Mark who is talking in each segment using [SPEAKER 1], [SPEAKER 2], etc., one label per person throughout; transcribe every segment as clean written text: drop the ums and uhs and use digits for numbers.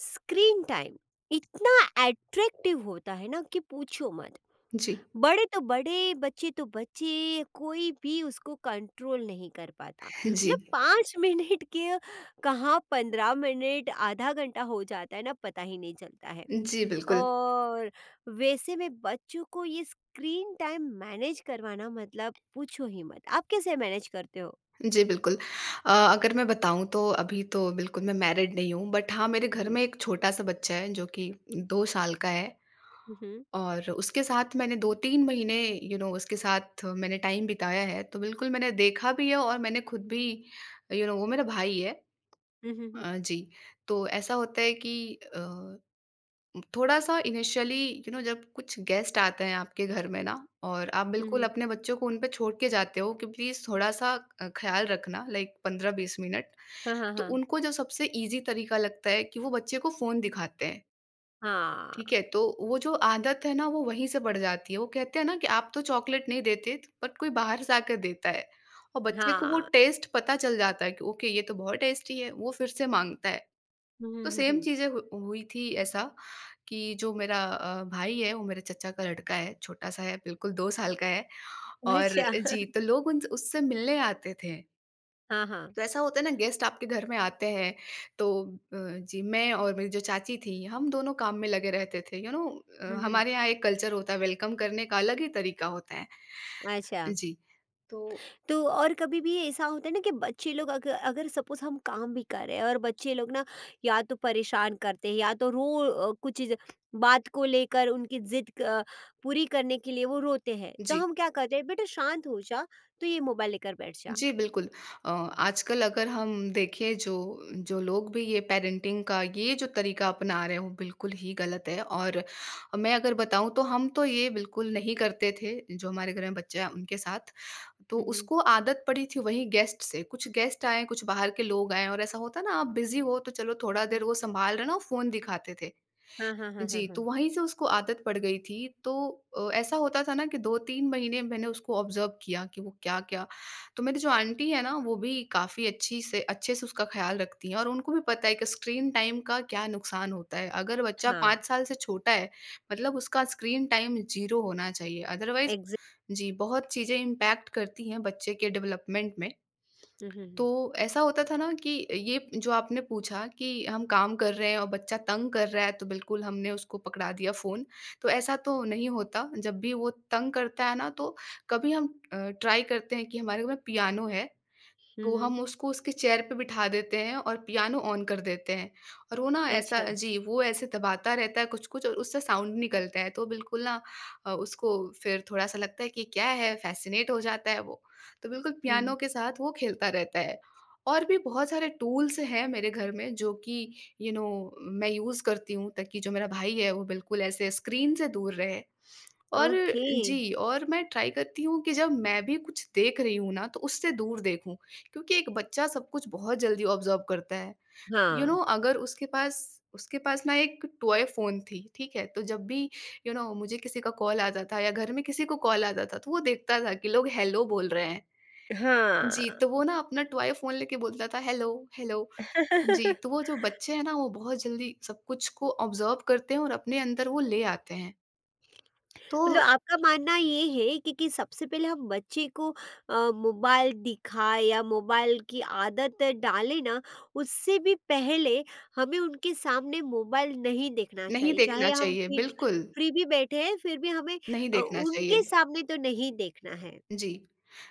[SPEAKER 1] Screen time इतना attractive होता है ना कि पूछो मत।
[SPEAKER 2] जी,
[SPEAKER 1] बड़े तो बड़े, बच्चे तो बच्चे, कोई भी उसको कंट्रोल नहीं कर पाता। मतलब
[SPEAKER 2] जी।
[SPEAKER 1] 5 मिनट के कहाँ 15 मिनट, आधा घंटा हो जाता है ना, पता ही नहीं चलता है।
[SPEAKER 2] जी, बिल्कुल।
[SPEAKER 1] और वैसे में बच्चों को ये स्क्रीन टाइम मैनेज करवाना मतलब पूछो ही मत, आप कैसे मैनेज करते हो?
[SPEAKER 2] जी, बिल्कुल। अगर मैं बताऊँ तो अभी तो बिल्कुल मैं मैरिड नहीं हूँ, बट हाँ, मेरे घर
[SPEAKER 1] हम्म,
[SPEAKER 2] में एक छोटा-सा बच्चा है जो कि 2 साल का है।
[SPEAKER 1] हम्म,
[SPEAKER 2] और उसके साथ मैंने 2-3 महीने यू you नो know, उसके साथ मैंने टाइम बिताया है, तो बिल्कुल मैंने देखा भी है और मैंने खुद भी यू you नो know, वो मेरा भाई है।
[SPEAKER 1] हम्म, हम्म, हम्म,
[SPEAKER 2] जी, तो ऐसा होता है कि अ थोड़ा सा इनिशियली, यू नो जब कुछ गेस्ट आते हैं आपके घर में ना, और आप बिल्कुल
[SPEAKER 1] हम्म,
[SPEAKER 2] अपने बच्चों को उन पे छोड़ के जाते हो कि प्लीज थोड़ा सा ख्याल रखना, लाइक 15-20 मिनट।
[SPEAKER 1] हाँ, हाँ,
[SPEAKER 2] तो
[SPEAKER 1] हाँ,
[SPEAKER 2] उनको जो सबसे इजी तरीका लगता है कि वो बच्चे को फोन दिखाते हैं।
[SPEAKER 1] हाँ,
[SPEAKER 2] ठीक है, तो वो जो आदत है ना, वो वहीं से बढ़ जाती है। वो कहते हैं ना कि आप तो चॉकलेट नहीं देते, बट कोई बाहर से आकर देता है, और बच्चे को वो
[SPEAKER 1] हाँ।
[SPEAKER 2] टेस्ट पता चल जाता है कि ओके, ये तो बहुत टेस्टी है, वो फिर से मांगता है।
[SPEAKER 1] हम्म,
[SPEAKER 2] तो
[SPEAKER 1] हम्म,
[SPEAKER 2] सेम चीज़ें हु हुई थी, ऐसा कि जो मेरा भाई है वो मेरे चचा का लड़का है, छोटा-सा है, बिल्कुल 2 साल का है। और
[SPEAKER 1] अच्छा।
[SPEAKER 2] जी, तो लोग उन उससे मिलने आते थे।
[SPEAKER 1] हाँ, हाँ।
[SPEAKER 2] तो ऐसा होता है ना, गेस्ट आपके घर में आते हैं, तो जी, मैं और मेरी जो चाची थी, हम दोनों काम में लगे रहते थे, यू नो।
[SPEAKER 1] हुँ, हुँ।
[SPEAKER 2] हमारे यहाँ एक कल्चर होता है वेलकम करने का, अलग ही तरीका होता है।
[SPEAKER 1] अच्छा,
[SPEAKER 2] जी, तो
[SPEAKER 1] तो और कभी भी ऐसा होता है ना कि बच्चे लोग अग अगर सपोज़ हम काम भी कर रहे हैं और बच्चे लोग ना, या तो परेशान करते हैं या तो कुछ चीज़, बात को लेकर उनकी पूरी करने के लिए वो रोते हैं, तो
[SPEAKER 2] जी।
[SPEAKER 1] हम क्या करते हैं, "बेटा शांत हो जा, तू ये मोबाइल लेकर बैठ जा।"
[SPEAKER 2] जी, बिल्कुल। आजकल अगर हम देखें, जो जो लोग भी ये पैरेंटिंग का ये जो तरीका अपना रहे हैं, वो बिल्कुल ही गलत है। और मैं अगर बताऊँ तो हम तो ये बिल्कुल नहीं करते थे, जो हमारे घर में बच्चा है उनके साथ। तो
[SPEAKER 1] हुँ, हुँ,
[SPEAKER 2] उसको आदत पड़ी थी वहीं गेस्ट से, कुछ गेस्ट आए, कुछ बाहर के लोग आए, और ऐसा होता है ना, आप बिज़ी हो तो चलो थोड़ा
[SPEAKER 1] हुँ,
[SPEAKER 2] देर वो सँभाल रहे हैं ना, फ़ोन दिखाते थे।
[SPEAKER 1] हाँ, हाँ, हाँ, हाँ,
[SPEAKER 2] जी, तो
[SPEAKER 1] हाँ,
[SPEAKER 2] वहीं से उसको आदत पड़ गई थी। तो ऐसा होता था ना कि 2-3 महीने मैंने उसको ऑब्ज़र्व किया कि वो क्या-क्या। तो मेरी जो आंटी है ना, वो भी काफ़ी अच्छी से अच्छे से उसका ख़्याल रखती हैं, और उनको भी पता है कि स्क्रीन टाइम का क्या नुकसान होता है। अगर बच्चा
[SPEAKER 1] हाँ,
[SPEAKER 2] 5 साल से छोटा है, मतलब उसका स्क्रीन टाइम 0 होना चाहिए, अदरवाइज़
[SPEAKER 1] एग्ज़ैक्ट,
[SPEAKER 2] जी, बहुत चीज़ें इम्पैक्ट करती हैं बच्चे के डेवलपमेंट में।
[SPEAKER 1] हुँ, हुँ,
[SPEAKER 2] तो
[SPEAKER 1] हुँ,
[SPEAKER 2] ऐसा होता था ना कि ये जो आपने पूछा कि हम काम कर रहे हैं और बच्चा तंग कर रहा है, तो बिल्कुल हमने उसको पकड़ा दिया फ़ोन, तो ऐसा तो नहीं होता। जब भी वो तंग करता है ना, तो कभी हम ट्राई करते हैं कि हमारे घर में पियानो है,
[SPEAKER 1] हुँ,
[SPEAKER 2] तो
[SPEAKER 1] हुँ।
[SPEAKER 2] हम उसको उसके चेयर पे बिठा देते हैं और पियानो ऑन कर देते हैं, और वो ना ऐसा,
[SPEAKER 1] अच्छा।
[SPEAKER 2] जी, वो ऐसे दबाता रहता है कुछ-कुछ और उससे साउंड निकलता है, तो बिल्कुल ना उसको फिर थोड़ा-सा लगता है कि क्या है, फ़ैसिनेट हो जाता है वो। तो बिल्कुल
[SPEAKER 1] हुँ।
[SPEAKER 2] पियानो के साथ वो खेलता रहता है। और भी बहुत सारे टूल्स हैं मेरे घर में जो कि यू नो मैं यूज़ करती हूँ, ताकि जो मेरा भाई है वो बिल्कुल ऐसे स्क्रीन से दूर रहे। और
[SPEAKER 1] ओके,
[SPEAKER 2] जी, और मैं ट्राई करती हूँ कि जब मैं भी कुछ देख रही हूँ ना, तो उससे दूर देखूँ, क्योंकि एक बच्चा सब कुछ बहुत जल्दी ऑब्ज़र्व करता है। यू
[SPEAKER 1] हाँ,
[SPEAKER 2] नो, अगर उसके पास ना एक टॉय फ़ोन थी, ठीक है? तो जब भी यू नो मुझे किसी का कॉल आता था या घर में किसी को कॉल आता था, तो वो देखता था कि लोग हेलो बोल रहे हैं। जी, तो
[SPEAKER 1] हाँ।
[SPEAKER 2] वो ना अपना टॉय फ़ोन लेके बोलता था, "हेलो, हेलो।" जी, तो वो जो बच्चे हैं ना, वो बहुत जल्दी सब कुछ को ऑब्ज़र्व करते हैं और अपने अंदर वो ले आते हैं। तो
[SPEAKER 1] मतलब आपका मानना ये है कि सबसे पहले हम बच्चे को मोबाइल दिखाएं या मोबाइल की आदत डालें ना, उससे भी पहले हमें उनके सामने मोबाइल नहीं देखना
[SPEAKER 2] नहीं
[SPEAKER 1] चाहिए। चाहे
[SPEAKER 2] देखना
[SPEAKER 1] हम
[SPEAKER 2] चाहिए,
[SPEAKER 1] फ्री
[SPEAKER 2] बिल्कुल,
[SPEAKER 1] फ्री भी बैठे हैं, फिर भी हमें
[SPEAKER 2] नहीं देखना
[SPEAKER 1] उनके
[SPEAKER 2] चाहिए।
[SPEAKER 1] सामने तो नहीं देखना है।
[SPEAKER 2] जी।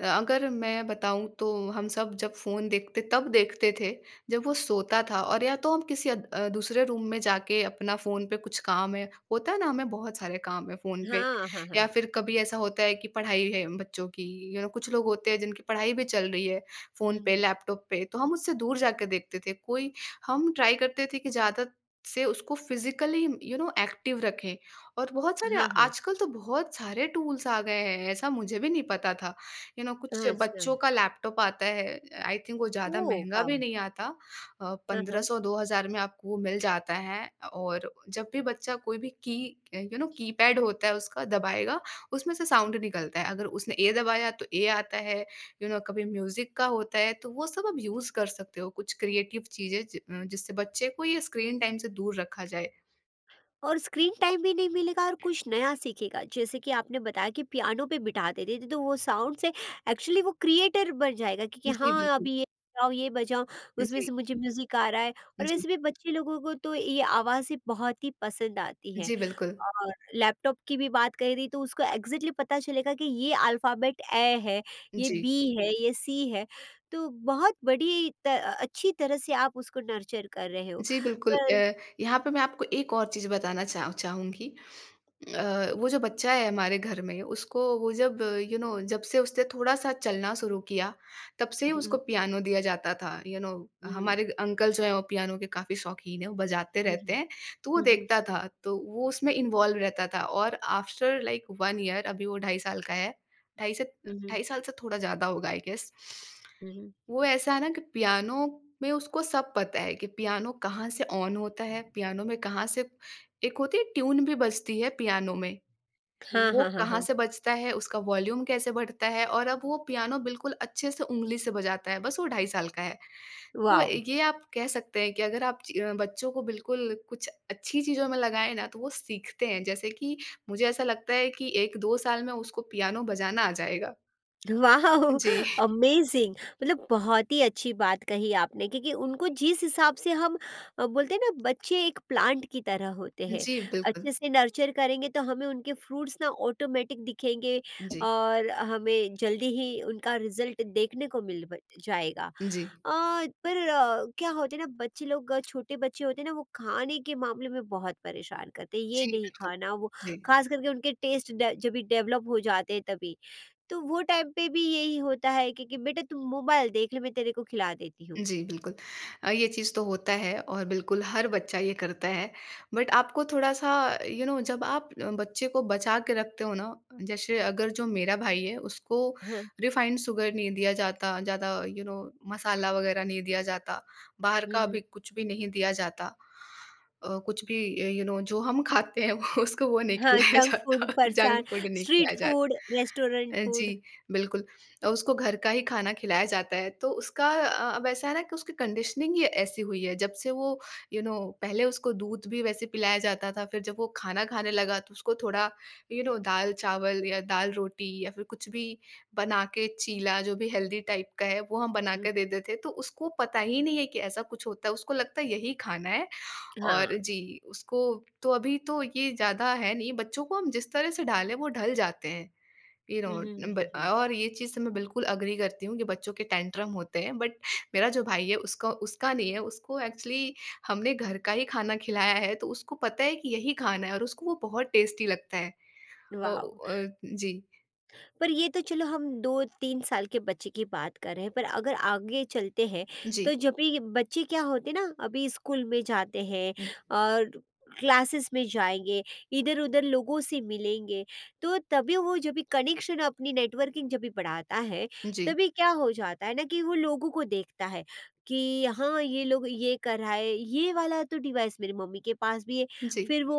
[SPEAKER 2] अगर मैं बताऊँ तो हम सब जब फ़ोन देखते तब देखते थे, जब वो सोता था, और या तो हम किसी दूसरे रूम में जाके अपना फ़ोन पे कुछ काम है, होता है ना हमें बहुत सारे काम है फ़ोन पे,
[SPEAKER 1] हाँ, हाँ, हाँ,
[SPEAKER 2] या फिर कभी ऐसा होता है कि पढ़ाई है बच्चों की, यू नो कुछ लोग होते हैं जिनकी पढ़ाई भी चल रही है फ़ोन
[SPEAKER 1] हुँ,
[SPEAKER 2] पे,
[SPEAKER 1] हुँ,
[SPEAKER 2] लैपटॉप पे, तो हम उससे दूर जाके देखते थे। कोई हम ट्राई करते थे कि ज़्यादा से उसको फिज़िकली यू नो एक्टिव रखें, और बहुत सारे,
[SPEAKER 1] हाँ, हाँ,
[SPEAKER 2] आजकल तो बहुत सारे टूल्स आ गए हैं, ऐसा मुझे भी नहीं पता था। यू you नो know, कुछ
[SPEAKER 1] हाँ, अच्छा।
[SPEAKER 2] बच्चों का लैपटॉप आता है, आई थिंक वो ज़्यादा
[SPEAKER 1] ओह
[SPEAKER 2] महँगा
[SPEAKER 1] वाह!
[SPEAKER 2] भी नहीं आता।
[SPEAKER 1] हाँ, हाँ।
[SPEAKER 2] 1500-2000 में आपको वो मिल जाता है, और जब भी बच्चा कोई भी की यू नो कीपैड होता है उसका दबाएगा, उसमें से साउंड निकलता है। अगर उसने ए दबाया तो ए आता है, यू नो कभी म्यूज़िक का होता है, तो वो सब आप यूज़ कर सकते हो, कुछ क्रिएटिव चीज़ें जिससे बच्चे को ये स्क्रीन टाइम से दूर रखा जाए।
[SPEAKER 1] और स्क्रीन टाइम भी नहीं मिलेगा और कुछ नया सीखेगा, जैसे कि आपने बताया कि पियानो पे बिठा देते थे तो वो साउंड से एक्चुअली वो क्रिएटर बन जाएगा कि
[SPEAKER 2] जी,
[SPEAKER 1] हाँ
[SPEAKER 2] बिल्कुल।
[SPEAKER 1] अभी ये बजाओ, ये बजाओ, उसमें
[SPEAKER 2] जी,
[SPEAKER 1] से मुझे म्यूजिक आ रहा है। और
[SPEAKER 2] जी।
[SPEAKER 1] वैसे भी बच्चे लोगों को तो ये आवाज़ें बहुत ही पसंद आती हैं।
[SPEAKER 2] जी, बिल्कुल।
[SPEAKER 1] और लैपटॉप की भी बात करी तो उसको एग्जैक्टली पता चलेगा कि ये अल्फाबेट ए है, ये
[SPEAKER 2] जी।
[SPEAKER 1] बी है, ये सी है, तो बहुत बड़ी अच्छी तरह से आप उसको नर्चर कर रहे हो।
[SPEAKER 2] जी, बिल्कुल
[SPEAKER 1] पर
[SPEAKER 2] यहाँ पे मैं आपको एक और चीज़ बताना चाहूँगी। वो जो बच्चा है हमारे घर में, उसको वो जब यू नो, जब से उसने थोड़ा-सा चलना शुरू किया, तब से ही उसको
[SPEAKER 1] हम्म,
[SPEAKER 2] पियानो दिया जाता था। यू नो
[SPEAKER 1] हम्म,
[SPEAKER 2] हमारे अंकल जो हैं वो पियानो के काफ़ी शौकीन हैं, वो बजाते रहते
[SPEAKER 1] हम्म,
[SPEAKER 2] हैं, तो वो
[SPEAKER 1] हुँ, हुँ,
[SPEAKER 2] देखता था, तो वो उसमें इन्वॉल्व रहता था। और आफ्टर लाइक 1 ईयर, अभी वो ढाई साल का है, ढाई से
[SPEAKER 1] हुँ, हुँ,
[SPEAKER 2] ढाई साल से थोड़ा ज़्यादा होगा, आई गेस।
[SPEAKER 1] हुँ, हुँ,
[SPEAKER 2] वो ऐसा है ना कि पियानो में उसको सब पता है कि पियानो कहाँ से ऑन होता है, पियानो में कहाँ से एक होती है ट्यून भी बजती है पियानो में,
[SPEAKER 1] हाँ,
[SPEAKER 2] वो
[SPEAKER 1] हाँ, हाँ,
[SPEAKER 2] कहाँ
[SPEAKER 1] हाँ।
[SPEAKER 2] से बजता है, उसका वॉल्यूम कैसे बढ़ता है, और अब वो पियानो बिल्कुल अच्छे से उँगली से बजाता है, बस वो ढाई साल का है। तो
[SPEAKER 1] वाओ!
[SPEAKER 2] ये आप कह सकते हैं कि अगर आप बच्चों को बिल्कुल कुछ अच्छी चीज़ों में लगाएँ ना, तो वो सीखते हैं, जैसे कि मुझे ऐसा लगता है कि 1-2 साल में उसको पियानो बजाना आ जाएगा।
[SPEAKER 1] वाओ!
[SPEAKER 2] जी,
[SPEAKER 1] अमेज़िंग, मतलब बहुत ही अच्छी बात कही आपने क्योंकि उनको जिस हिसाब से हम बोलते हैं ना, बच्चे एक प्लांट की तरह होते हैं।
[SPEAKER 2] जी, बिल्कुल।
[SPEAKER 1] अच्छे से नर्चर करेंगे तो हमें उनके फ्रूट्स ना ऑटोमेटिक दिखेंगे,
[SPEAKER 2] जी,
[SPEAKER 1] और हमें जल्दी ही उनका रिज़ल्ट देखने को मिल ब जाएगा।
[SPEAKER 2] जी।
[SPEAKER 1] अ, पर क्या होता है ना, बच्चे लोग छोटे बच्चे होते हैं ना, वो खाने के मामले में बहुत परेशान करते हैं। ये
[SPEAKER 2] जी,
[SPEAKER 1] नहीं
[SPEAKER 2] बिल्कुल।
[SPEAKER 1] खाना, वो
[SPEAKER 2] जी।
[SPEAKER 1] ख़ास करके उनके टेस्ट डे जभी डेवलप हो जाते हैं तभी। तो वो टाइम पे भी यही होता है कि बेटा तुम मोबाइल देख ले, मैं तेरे को खिला देती हूँ।
[SPEAKER 2] जी, बिल्कुल। ये चीज़ तो होता है और बिल्कुल हर बच्चा ये करता है। बट आपको थोड़ा-सा यू नो, जब आप बच्चे को बचा के रखते हो ना, जैसे अगर जो मेरा भाई है उसको
[SPEAKER 1] हाँ,
[SPEAKER 2] रिफाइंड शुगर नहीं दिया जाता, ज़्यादा यू नो मसाला वगैरह नहीं दिया जाता, बाहर
[SPEAKER 1] हुँ,
[SPEAKER 2] का
[SPEAKER 1] हुँ,
[SPEAKER 2] अभी कुछ भी नहीं दिया जाता। कुछ भी यू नो जो हम खाते हैं वो उसको, वो नहीं
[SPEAKER 1] हाँ,
[SPEAKER 2] खिलाया
[SPEAKER 1] जंक
[SPEAKER 2] जाता,
[SPEAKER 1] फूड, फरसान,
[SPEAKER 2] जंक फूड नहीं
[SPEAKER 1] स्ट्रीट
[SPEAKER 2] खिलाया
[SPEAKER 1] फूड,
[SPEAKER 2] जाता।
[SPEAKER 1] रेस्टोरेंट
[SPEAKER 2] जी,
[SPEAKER 1] फूड।
[SPEAKER 2] बिल्कुल। उसको घर का ही खाना खिलाया जाता है, तो उसका अब ऐसा है ना कि उसकी कंडीशनिंग ही ऐसी हुई है, जब से वो यू नो, पहले उसको दूध भी वैसे पिलाया जाता था, फिर जब वो खाना खाने लगा तो उसको थोड़ा यू नो दाल-चावल या दाल-रोटी या फिर कुछ भी बना के चीला, जो भी हेल्दी टाइप का है, वो हम बना
[SPEAKER 1] हुँ,
[SPEAKER 2] के
[SPEAKER 1] हुँ,
[SPEAKER 2] दे देते हैं, तो उसको पता ही नहीं है कि ऐसा कुछ होता है, उसको लगता है यही खाना है। और
[SPEAKER 1] हाँ,
[SPEAKER 2] जी, उसको तो अभी तो ये ज़्यादा है नहीं, बच्चों को हम जिस तरह से डालें वो ढल जाते हैं। You
[SPEAKER 1] hmm, hmm, hmm,
[SPEAKER 2] no ब
[SPEAKER 1] हुँ, हुँ।
[SPEAKER 2] और ये चीज़ से मैं बिल्कुल एग्री करती हूँ कि बच्चों के टैंट्रम होते हैं, बट मेरा जो भाई है उसका उसका नहीं है, उसको एक्चुअली हमने घर का ही खाना खिलाया है, तो उसको पता है कि यही खाना है और उसको वो बहुत टेस्टी लगता है। A
[SPEAKER 1] wow!
[SPEAKER 2] अ, जी,
[SPEAKER 1] पर ये तो चलो, हम 2-3 साल के बच्चे की बात कर रहे हैं, पर अगर आगे चलते हैं,
[SPEAKER 2] जी,
[SPEAKER 1] तो जब भी ये बच्चे क्या होते हैं ना, अभी स्कूल में जाते हैं
[SPEAKER 2] हुँ,
[SPEAKER 1] और क्लासेस में जाएँगे, इधर-उधर लोगों से मिलेंगे, तो तभी वो जब भी कनेक्शन अपनी नेटवर्किंग जब भी बढ़ाता है,
[SPEAKER 2] जी,
[SPEAKER 1] तभी क्या हो जाता है ना कि वो लोगों को देखता है कि हाँ, ये लोग ये कर रहा है, ये वाला तो डिवाइस मेरी मम्मी के पास भी है।
[SPEAKER 2] जी,
[SPEAKER 1] फिर वो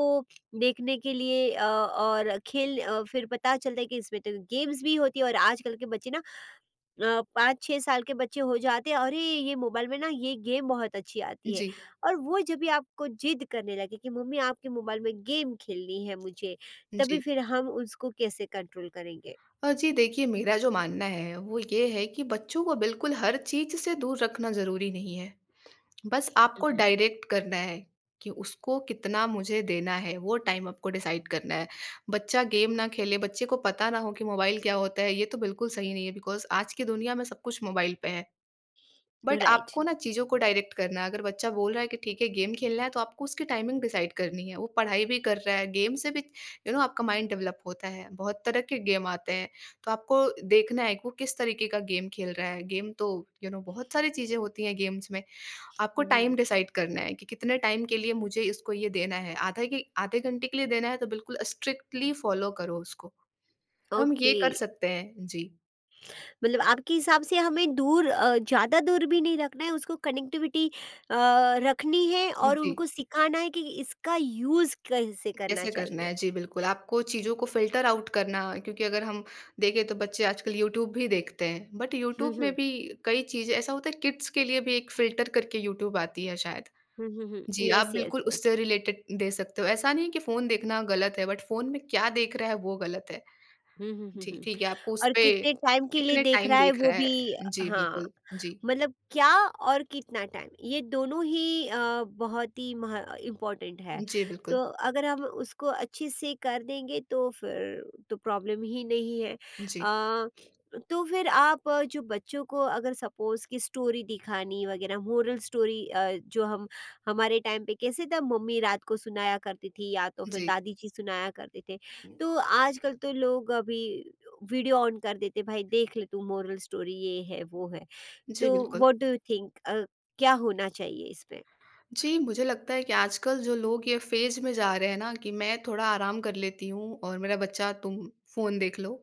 [SPEAKER 1] देखने के लिए और फिर पता चलता है कि इसमें तो गेम्स भी होती है। और आजकल के बच्चे ना 5-6 साल के बच्चे हो जाते हैं, अरे ये मोबाइल में ना ये गेम बहुत अच्छी आती है।
[SPEAKER 2] जी,
[SPEAKER 1] और वो जब भी आपको जिद करने लगे कि मम्मी आपके मोबाइल में गेम खेलनी है मुझे, तभी
[SPEAKER 2] जी।
[SPEAKER 1] फिर हम उसको कैसे कंट्रोल करेंगे?
[SPEAKER 2] जी, देखिए मेरा जो मानना है वो ये है कि बच्चों को बिल्कुल हर चीज़ से दूर रखना ज़रूरी नहीं है। बस आपको
[SPEAKER 1] हम्म,
[SPEAKER 2] डायरेक्ट करना है कि उसको कितना मुझे देना है, वो टाइम आपको डिसाइड करना है। बच्चा गेम ना खेले, बच्चे को पता ना हो कि मोबाइल क्या होता है, ये तो बिल्कुल सही नहीं है, बिकॉज आज की दुनिया में सब कुछ मोबाइल पे है। बट
[SPEAKER 1] राइट,
[SPEAKER 2] आपको ना चीज़ों को डायरेक्ट करना है, अगर बच्चा बोल रहा है कि ठीक है गेम खेलना है, तो आपको उसकी टाइमिंग डिसाइड करनी है, वो पढ़ाई भी कर रहा है, गेम से भी यू नो आपका माइंड डेवलप होता है, बहुत तरह के गेम आते हैं। तो आपको देखना है कि वो किस तरीके का गेम खेल रहा है। गेम तो यू नो बहुत सारी चीज़ें होती हैं गेम्स में। आपको
[SPEAKER 1] हम्म,
[SPEAKER 2] टाइम डिसाइड करना है कि कितने टाइम के लिए मुझे इसको ये देना है। आधा के आधे घंटे के लिए देना है, तो बिल्कुल स्ट्रिक्टली फॉलो करो उसको। तो हम ये
[SPEAKER 1] ओके।
[SPEAKER 2] कर सकते हैं। जी।
[SPEAKER 1] मतलब आपके हिसाब से हमें ज़्यादा दूर भी नहीं रखना है, उसको कनेक्टिविटी अ, रखनी है और
[SPEAKER 2] जी।
[SPEAKER 1] उनको सिखाना है कि इसका यूज़ कैसे करना
[SPEAKER 2] कैसे करना
[SPEAKER 1] चाहिए।
[SPEAKER 2] है? जी, बिल्कुल। आपको चीज़ों को फ़िल्टर आउट करना क्योंकि अगर हम देखें तो बच्चे आजकल यूट्यूब भी देखते हैं। बट
[SPEAKER 1] हुँ,
[SPEAKER 2] यूट्यूब में
[SPEAKER 1] हुँ,
[SPEAKER 2] भी कई चीज़ें ऐसा होता है किड्स के लिए भी एक फ़िल्टर करके यूट्यूब आती है शायद।
[SPEAKER 1] हुँ, हुँ, हुँ,
[SPEAKER 2] जी, आप
[SPEAKER 1] यस, यस,
[SPEAKER 2] बिल्कुल
[SPEAKER 1] यस,
[SPEAKER 2] उससे रिलेटेड दे सकते हो। ऐसा नहीं है कि फ़ोन देखना गलत है बट फ़ोन में क्या देख रहा है वो गलत है।
[SPEAKER 1] हुँ, हुँ, हुँ,
[SPEAKER 2] जी,
[SPEAKER 1] हुँ।
[SPEAKER 2] ठीक है, आपको
[SPEAKER 1] और
[SPEAKER 2] उसपे
[SPEAKER 1] कितने टाइम के लिए
[SPEAKER 2] कितने
[SPEAKER 1] देख
[SPEAKER 2] टाइम
[SPEAKER 1] रहा है,
[SPEAKER 2] दिख
[SPEAKER 1] वो
[SPEAKER 2] रहा
[SPEAKER 1] भी।
[SPEAKER 2] है? जी,
[SPEAKER 1] हाँ।
[SPEAKER 2] बिल्कुल। जी।
[SPEAKER 1] मतलब क्या और कितना टाइम, ये दोनों ही बहुत ही इम्पोर्टेंट है।
[SPEAKER 2] जी, बिल्कुल।
[SPEAKER 1] तो अगर हम उसको अच्छे से कर देंगे तो फिर तो प्रॉब्लम ही नहीं है।
[SPEAKER 2] जी,
[SPEAKER 1] अ, तो फिर आप जो बच्चों को अगर सपोज की स्टोरी दिखानी वगैरह, मोरल स्टोरी, जो हम हमारे टाइम पे कैसे था, मम्मी रात को सुनाया करती थी या तो फिर
[SPEAKER 2] जी।
[SPEAKER 1] दादी जी सुनाया करते थे। तो आजकल तो लोग अभी वीडियो ऑन कर देते, भाई देख ले तू, मोरल स्टोरी ये है वो है।
[SPEAKER 2] जी,
[SPEAKER 1] तो
[SPEAKER 2] बिल्कुल।
[SPEAKER 1] व्हाट डू यू थिंक, क्या होना चाहिए इसमें?
[SPEAKER 2] जी, मुझे लगता है कि आजकल जो लोग ये फ़ेज़ में जा रहे हैं ना कि मैं थोड़ा आराम कर लेती हूँ और मेरा बच्चा तुम फ़ोन देख लो,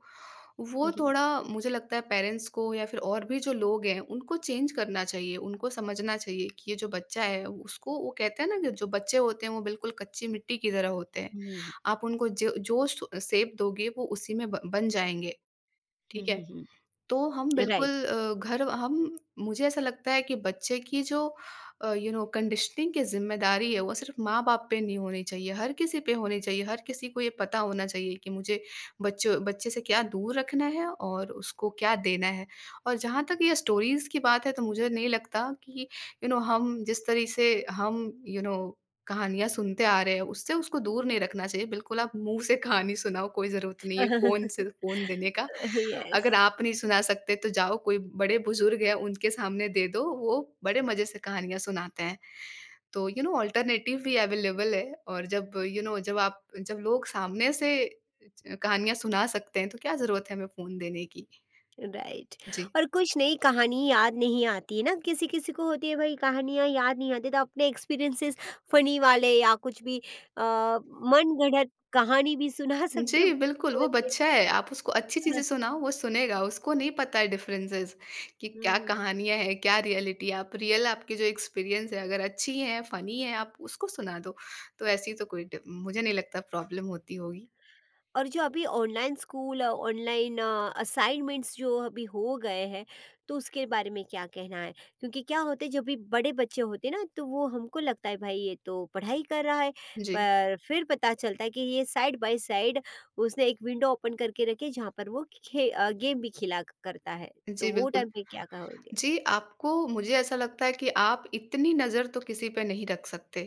[SPEAKER 1] हुँ,
[SPEAKER 2] वो
[SPEAKER 1] हुँ,
[SPEAKER 2] थोड़ा मुझे लगता है पेरेंट्स को या फिर और भी जो लोग हैं उनको चेंज करना चाहिए, उनको समझना चाहिए कि ये जो बच्चा है उसको वो कहते हैं ना कि जो बच्चे होते हैं वो बिल्कुल कच्ची मिट्टी की तरह होते हैं।
[SPEAKER 1] हुँ,
[SPEAKER 2] आप उनको जो जो श शेप दोगे वो उसी में ब बन जाएँगे,
[SPEAKER 1] हुँ,
[SPEAKER 2] ठीक है?
[SPEAKER 1] हुँ, हुँ,
[SPEAKER 2] तो हम बिल्कुल
[SPEAKER 1] राइट,
[SPEAKER 2] अ, घर हम मुझे ऐसा लगता है कि बच्चे की जो कंडीशनिंग की ज़िम्मेदारी है वो सिर्फ माँ बाप पे नहीं होनी चाहिए, हर किसी पे होनी चाहिए, हर किसी को ये पता होना चाहिए कि मुझे बच्चों बच्चे से क्या दूर रखना है और उसको क्या देना है। और जहाँ तक ये स्टोरीज़ की बात है तो मुझे नहीं लगता कि हम जिस तरह से हम यू नो कहानियाँ सुनते आ रहे हैं, उससे उसको दूर नहीं रखना चाहिए। बिल्कुल आप मुँह से कहानी सुनाओ, कोई ज़रूरत नहीं है फ़ोन से फ़ोन देने का।
[SPEAKER 1] यस,
[SPEAKER 2] अगर आप नहीं सुना सकते तो जाओ कोई बड़े-बुज़ुर्ग हैं, उनके सामने दे दो, वो बड़े मज़े से कहानियाँ सुनाते हैं। तो यू नो अल्टरनेटिव भी अवेलेबल है और जब यू नो जब आप जब लोग सामने से च कहानियाँ सुना सकते हैं, तो क्या ज़रूरत है हमें फ़ोन देने की?
[SPEAKER 1] राइट।
[SPEAKER 2] जी।
[SPEAKER 1] और कुछ नई कहानी याद नहीं आती है ना, किसी-किसी को होती है, भाई, कहानियाँ याद नहीं आती तो अपने एक्सपीरियंसेस फ़नी वाले या कुछ भी, मनगढ़ंत कहानी भी सुना सकते हो।
[SPEAKER 2] जी, बिल्कुल, वो बच्चा है, आप उसको अच्छी चीज़ें सुनाओ, वो सुनेगा, उसको नहीं पता है डिफरेंसेज़ कि
[SPEAKER 1] हुँ,
[SPEAKER 2] क्या
[SPEAKER 1] हुँ।
[SPEAKER 2] कहानियाँ हैं, क्या रियलिटी है। आप रियल आपके जो एक्सपीरियंस है, अगर अच्छी है, फ़नी है, आप उसको सुना दो, तो ऐसी तो कोई डि मुझे नहीं लगता प्रॉब्लम होती होगी।
[SPEAKER 1] और जो अभी ऑनलाइन स्कूल, ऑनलाइन असाइनमेंट्स जो अभी हो गए हैं, तो उसके बारे में क्या कहना है? क्योंकि क्या होते, जब भी बड़े बच्चे होते ना, तो वो हमको लगता है भाई ये तो पढ़ाई कर रहा है,
[SPEAKER 2] जी।
[SPEAKER 1] पर फिर पता चलता है कि ये साइड बाय साइड उसने एक विंडो ओपन करके रखी है, जहाँ पर वो गेम भी खिला करता है। तो
[SPEAKER 2] जी,
[SPEAKER 1] वो
[SPEAKER 2] बिल्कुल।
[SPEAKER 1] टाइम पे क्या कहोगे?
[SPEAKER 2] जी, आपको मुझे ऐसा लगता है कि आप इतनी नज़र तो किसी पे नहीं रख सकते,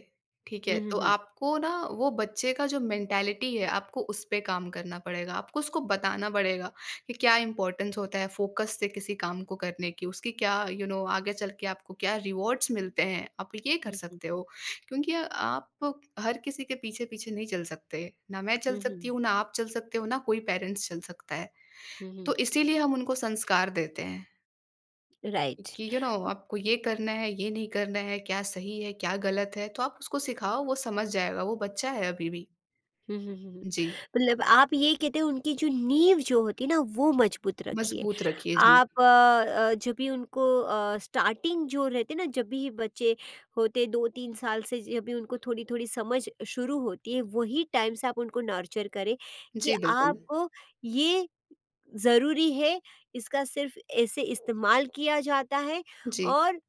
[SPEAKER 2] ठीक है?
[SPEAKER 1] हम्म,
[SPEAKER 2] तो
[SPEAKER 1] हम्म,
[SPEAKER 2] आपको ना वो बच्चे का जो मेंटालिटी है, आपको उस पे काम करना पड़ेगा। आपको उसको बताना पड़ेगा कि क्या इम्पोर्टेंस होता है फ़ोकस से किसी काम को करने की, उसकी क्या यू you नो know, आगे चल के आपको क्या रिवॉर्ड्स मिलते हैं, आप ये कर
[SPEAKER 1] हम्म, हम्म,
[SPEAKER 2] सकते हो। क्योंकि आप हर किसी के पीछे-पीछे नहीं चल सकते। ना मैं चल
[SPEAKER 1] हम्म,
[SPEAKER 2] सकती
[SPEAKER 1] हम्म,
[SPEAKER 2] हूँ, ना आप चल सकते हो, ना कोई पेरेंट्स चल सकता है।
[SPEAKER 1] हम्म, हम्म,
[SPEAKER 2] तो इसीलिए हम उनको संस्कार देते हैं।
[SPEAKER 1] राइट।
[SPEAKER 2] कि यू नो आपको ये करना है, ये नहीं करना है, क्या सही है, क्या गलत है, तो आप उसको सिखाओ वो समझ जाएगा, वो बच्चा है अभी भी।
[SPEAKER 1] हुँ, हुँ, हुँ, हुँ।
[SPEAKER 2] जी,
[SPEAKER 1] मतलब आप ये कहते हैं, उनकी जो नींव जो होती है ना, वो मजबूत रखिए।
[SPEAKER 2] मजबूत रखिए जी।
[SPEAKER 1] आप जब भी उनको स्टार्टिंग जो रहते हैं ना, जब भी बच्चे होते 2-3 साल से, जब भी उनको थोड़ी-थोड़ी समझ शुरू होती है, वही टाइम से आप उनको नर्चर करें कि
[SPEAKER 2] जी, बिल्कुल।
[SPEAKER 1] आपको ये ज़रूरी है, इसका सिर्फ़ ऐसे इस्तेमाल किया जाता है,
[SPEAKER 2] जी,
[SPEAKER 1] और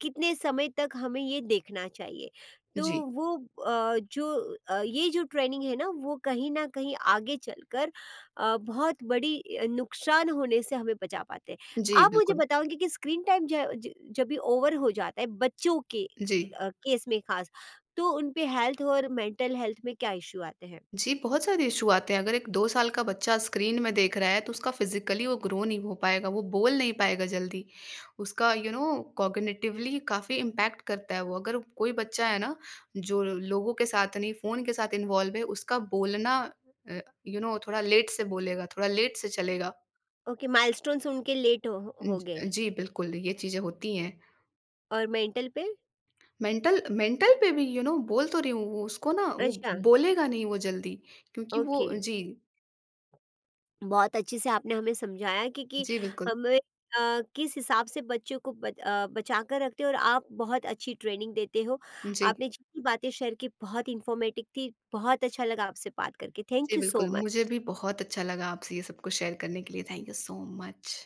[SPEAKER 1] कितने समय तक हमें ये देखना चाहिए। तो
[SPEAKER 2] जी।
[SPEAKER 1] वो जो ये जो ट्रेनिंग है ना, वो कहीं न कहीं आगे चलकर बहुत बड़ी नुकसान होने से हमें बचा पाते हैं।
[SPEAKER 2] जी,
[SPEAKER 1] आप मुझे
[SPEAKER 2] बिल्कुल।
[SPEAKER 1] बताओगे कि स्क्रीन टाइम ज ज जब भी ओवर हो जाता है बच्चों के
[SPEAKER 2] जी।
[SPEAKER 1] केस में ख़ास, तो उन पे हेल्थ और मेंटल हेल्थ में क्या इश्यू आते हैं?
[SPEAKER 2] जी, बहुत सारे इश्यू आते हैं। अगर एक 2 साल का बच्चा स्क्रीन में देख रहा है, तो उसका फ़िज़िकली वो ग्रो नहीं हो पाएगा, वो बोल नहीं पाएगा जल्दी। उसका यू नो कॉग्निटिवली काफ़ी इम्पैक्ट करता है वो। अगर कोई बच्चा है ना, जो लोगों के साथ नहीं, फ़ोन के साथ इन्वॉल्व है, उसका बोलना अ, यू नो थोड़ा लेट से बोलेगा, थोड़ा लेट से चलेगा।
[SPEAKER 1] ओके, माइलस्टोन्स उनके लेट हो गए।
[SPEAKER 2] ज जी, बिल्कुल, ये चीज़ें होती हैं।
[SPEAKER 1] और मेंटल पे?
[SPEAKER 2] मेंटल मेंटल पे भी यू नो बोल तो रही हूँ, वो उसको ना वो
[SPEAKER 1] अच्छा,
[SPEAKER 2] बोलेगा नहीं वो जल्दी क्योंकि वो
[SPEAKER 1] ओके।
[SPEAKER 2] जी,
[SPEAKER 1] बहुत अच्छे से आपने हमें समझाया कि
[SPEAKER 2] जी बिल्कुल।
[SPEAKER 1] हमें किस हिसाब से बच्चों को बचा कर रखते हो, और आप बहुत अच्छी ट्रेनिंग देते हो।
[SPEAKER 2] जी।
[SPEAKER 1] आपने जितनी बातें शेयर की बहुत इन्फॉर्मेटिव थी, बहुत अच्छा लगा आपसे बात करके। थैंक
[SPEAKER 2] जी,
[SPEAKER 1] यू सो
[SPEAKER 2] बिल्कुल।
[SPEAKER 1] मच।
[SPEAKER 2] मुझे भी बहुत अच्छा लगा आपसे ये सब कुछ शेयर करने के लिए। Thank you so much.